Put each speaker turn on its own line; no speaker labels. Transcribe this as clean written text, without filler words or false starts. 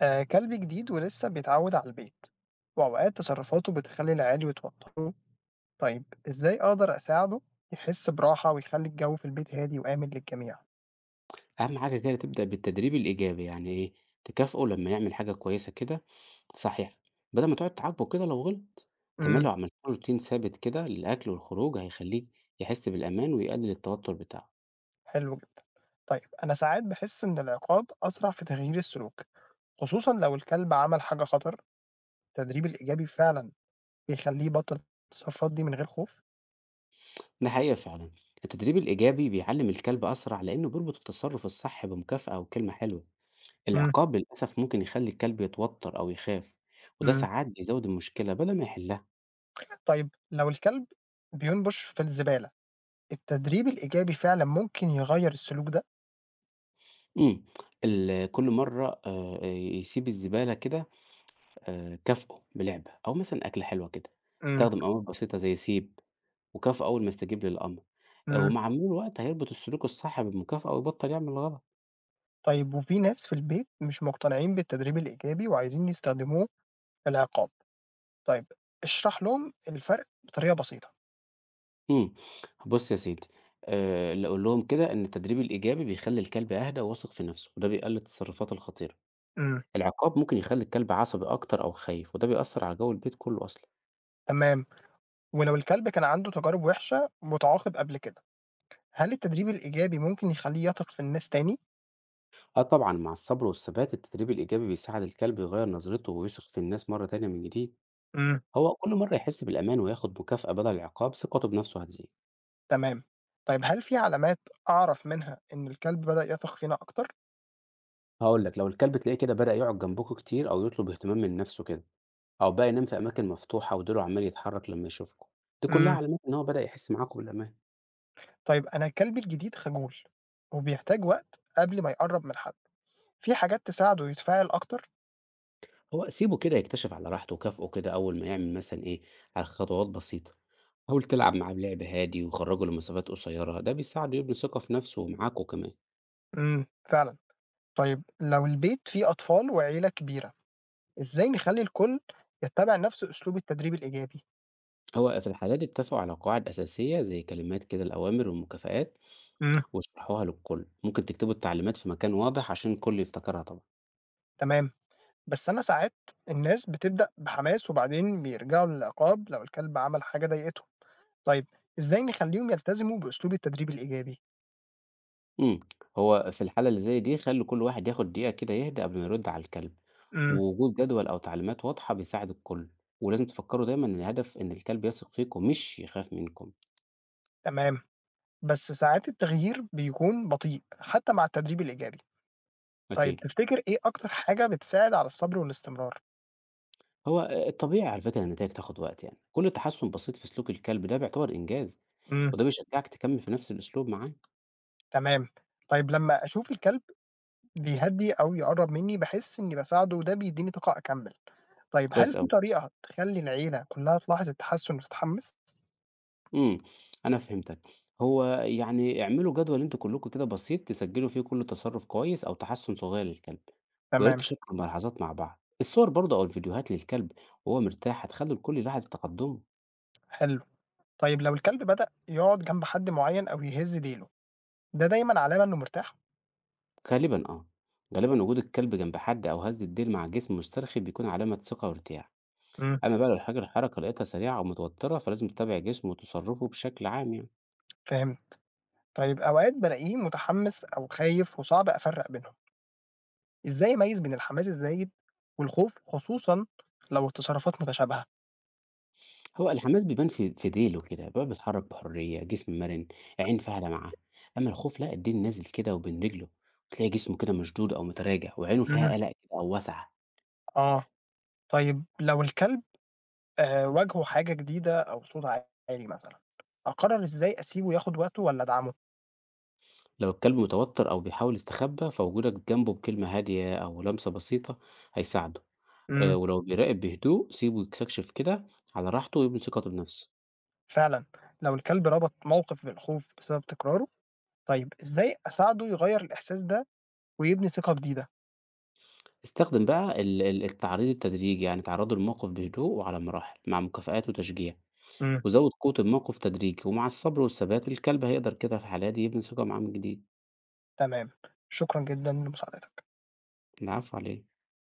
آه، كلب جديد ولسه بيتعود على البيت وأوقات تصرفاته بتخلي العيال يتوتروا. طيب إزاي أقدر أساعده يحس براحة ويخلي الجو في البيت هادي وآمن للجميع؟
أهم حاجة كده تبدأ بالتدريب الإيجابي، يعني إيه؟ تكافئه لما يعمل حاجة كويسة كده، صحيح، بدل ما تقعد تعاقبه كده لو غلط. كمان
امم.
لو عملت له روتين ثابت كده للأكل والخروج هيخليه يحس بالأمان ويقلل التوتر بتاعه.
حلو جدا. طيب أنا ساعات بحس إن العقاب أسرع في تغيير السلوك خصوصا لو الكلب عمل حاجة خطر. التدريب الإيجابي فعلا بيخليه يبطل التصرفات دي من غير خوف.
ده حقيقة فعلا، التدريب الإيجابي بيعلم الكلب أسرع لأنه بيربط التصرف الصح بمكافأة وكلمة حلوة.
امم.
العقاب للأسف ممكن يخلي الكلب يتوتر أو يخاف، وده
امم.
ساعات بيزود المشكلة بدل ما يحلها.
طيب لو الكلب بينبش في الزبالة، التدريب الإيجابي فعلا ممكن يغير السلوك ده؟
امم كل مرة آه، آه، يسيب الزبالة كده، كافئه بلعبة أو مثلًا أكلة حلوة كده،
امم.
استخدم أوامر بسيطة زي سيب، وكافئه أول ما يستجيب للأمر، ومع مرور الوقت هيربط السلوك الصح بالمكافأة ويبطل يعمل الغلط.
طيب وفي ناس في البيت مش مقتنعين بالتدريب الإيجابي وعايزين يستخدموه في العقاب، طيب اشرح لهم الفرق بطريقة بسيطة.
إمم، بُص يا سيدي، ل قُل لهم كده إن التدريب الإيجابي بيخلّي الكلب أهدى وواثق في نفسه، وده بيقلل التصرفات الخطيرة.
إمم.
العقاب ممكن يخلّي الكلب عصبي أكتر أو خايف، وده بيأثّر على جو البيت كله أصلًا.
تمام، ولو الكلب كان عنده تجارب وحشة واتعاقب قبل كده، هل التدريب الإيجابي ممكن يخلّيه يثق في الناس تاني؟
آه طبعًا، مع الصبر والثبات التدريب الإيجابي بيساعد الكلب يغيّر نظرته ويثق في الناس مرّة تانية من جديد.
امم.
هو كل مرة يحس بالأمان وياخد مكافأة بدل العقاب، ثقته بنفسه هتزيد.
تمام، طيب هل في علامات أعرف منها إن الكلب بدأ يثق فينا أكتر؟
هقول لك، لو الكلب تلاقيه كده بدأ يقعد جنبكوا كتير أو يطلب اهتمام من نفسه كده، أو بقى ينام في أماكن مفتوحة وديله عمال يتحرك لما يشوفكوا، دي كلها
امم.
علامات إن هو بدأ يحس معاكوا بالأمان.
طيب أنا كلبي الجديد خجول وبيحتاج وقت قبل ما يقرب من حد، في حاجات تساعده يتفاعل أكتر؟
هو سيبه كده يكتشف على راحته وكافئه كده أول ما يعمل مثلا إيه، على خطوات بسيطة. حاول تلعب معاه بلعب هادي وخرجه لمسافات قصيرة، ده بيساعده يبني ثقة في نفسه ومعاكوا كمان.
فعلًا. طيب لو البيت فيه أطفال وعيلة كبيرة، إزاي نخلّي الكل يتّبع نفس أسلوب التدريب الإيجابي؟
هو في الحالات دي اتفقوا على قواعد أساسية زي كلمات كده الأوامر والمكافآت،
امم.
وشرحوها للكل. ممكن تكتبوا التعليمات في مكان واضح عشان الكل يفتكرها طبعا.
تمام، بس أنا ساعات الناس بتبدأ بحماس وبعدين بيرجعوا للعقاب لو الكلب عمل حاجة ضايقتهم، طيب إزاي نخلّيهم يلتزموا بأسلوب التدريب الإيجابي؟
امم هو في الحالة اللي زي دي خلوا كل واحد ياخد دقيقة كده يهدأ قبل ما يرد على الكلب.
امم.
ووجود جدول أو تعليمات واضحة بيساعد الكل، ولازم تفكروا دايما إن الهدف إن الكلب يثق فيكم مش يخاف منكم.
تمام، بس ساعات التغيير بيكون بطيء حتى مع التدريب الإيجابي، طيب
أكيد.
تفتكر إيه أكتر حاجة بتساعد على الصبر والاستمرار؟
هو الطبيعي على فكرة إن النتائج تاخد وقت، يعني كل تحسن بسيط في سلوك الكلب ده بيعتبر إنجاز.
امم.
وده بيشجعك تكمل في نفس الأسلوب معاه.
تمام، طيب لمّا أشوف الكلب بيهدّي أو يقرّب منّي، باحس إنّي باساعده وده بيدّيني طاقة أكمّل. طيب هل
كويس
في
أوي.
طريقة تخلّي العيلة كلّها تلاحظ التحسّن وتتحمّس؟
إمم، أنا فهمتك. هو يعني اعملوا جدول أنتم كلّكم كده بسيط تسجّلوا فيه كل تصرُّف كويس أو تحسُّن صغير للكلب، ويا ريت
تمام،
تشاركوا الملاحظات مع بعض. الصور برضه أو الفيديوهات للكلب وهو مرتاح هتخلّي الكل يلاحظ تقدُّمه.
حلو. طيب لو الكلب بدأ يقعد جنب حد معيّن أو يهِز ديله، ده دايمًا علامة إنه مرتاح؟
غالبًا آه، غالبًا وجود الكلب جنب حد أو هزة ديل مع جسم مسترخي بيكون علامة ثقة وارتياح.
إمم،
أما بقى لو الحاجة الحركة لقيتها سريعة أو متوتّرة، فلازم تتابع جسمه وتصرُّفه بشكل عام يعني.
فهمت. طيب أوقات بالاقيه متحمّس أو خايف وصعب أفرّق بينهم، إزاي أميّز بين الحماس الزايد والخوف خصوصًا لو التصرفات متشابهة؟
هو الحماس بيبان في ديله كده بقى، بيتحرك بحرية، جسم مرن، عين فاعلة معاه. أما الخوف لا، الدين نازل كده وبين رجله، تلاقي جسمه كده مشدود أو متراجع وعينه
إمم،
فيها قلق كده أو واسعة.
آه. طيب لو الكلب واجهوا حاجة جديدة أو صوت عالي مثلًا، أقرر إزاي أسيبه ياخد وقته والّا أدعمه؟
لو الكلب متوتر أو بيحاول يستخبى فوجودك جنبه بكلمة هادية أو لمسة بسيطة هيساعده. أه،
إمم،
ولو بيراقب بهدوء سيبه يستكشف كده على راحته ويبني ثقته بنفسه.
فعلًا. لو الكلب ربط موقف بالخوف بسبب تكراره، طيب إزاي أساعده يغيّر الإحساس ده ويبني ثقة جديدة؟
استخدم بقى التعريض التدريجي، يعني تعرضه للموقف بهدوء وعلى مراحل مع مكافآت وتشجيع.
إمم.
وزود قوة الموقف تدريجي، ومع الصبر والثبات الكلب هيقدر كده في الحالة دي يبني ثقة مع من جديد.
تمام، شكرًا جدًا لمساعدتك.
العفو عليه.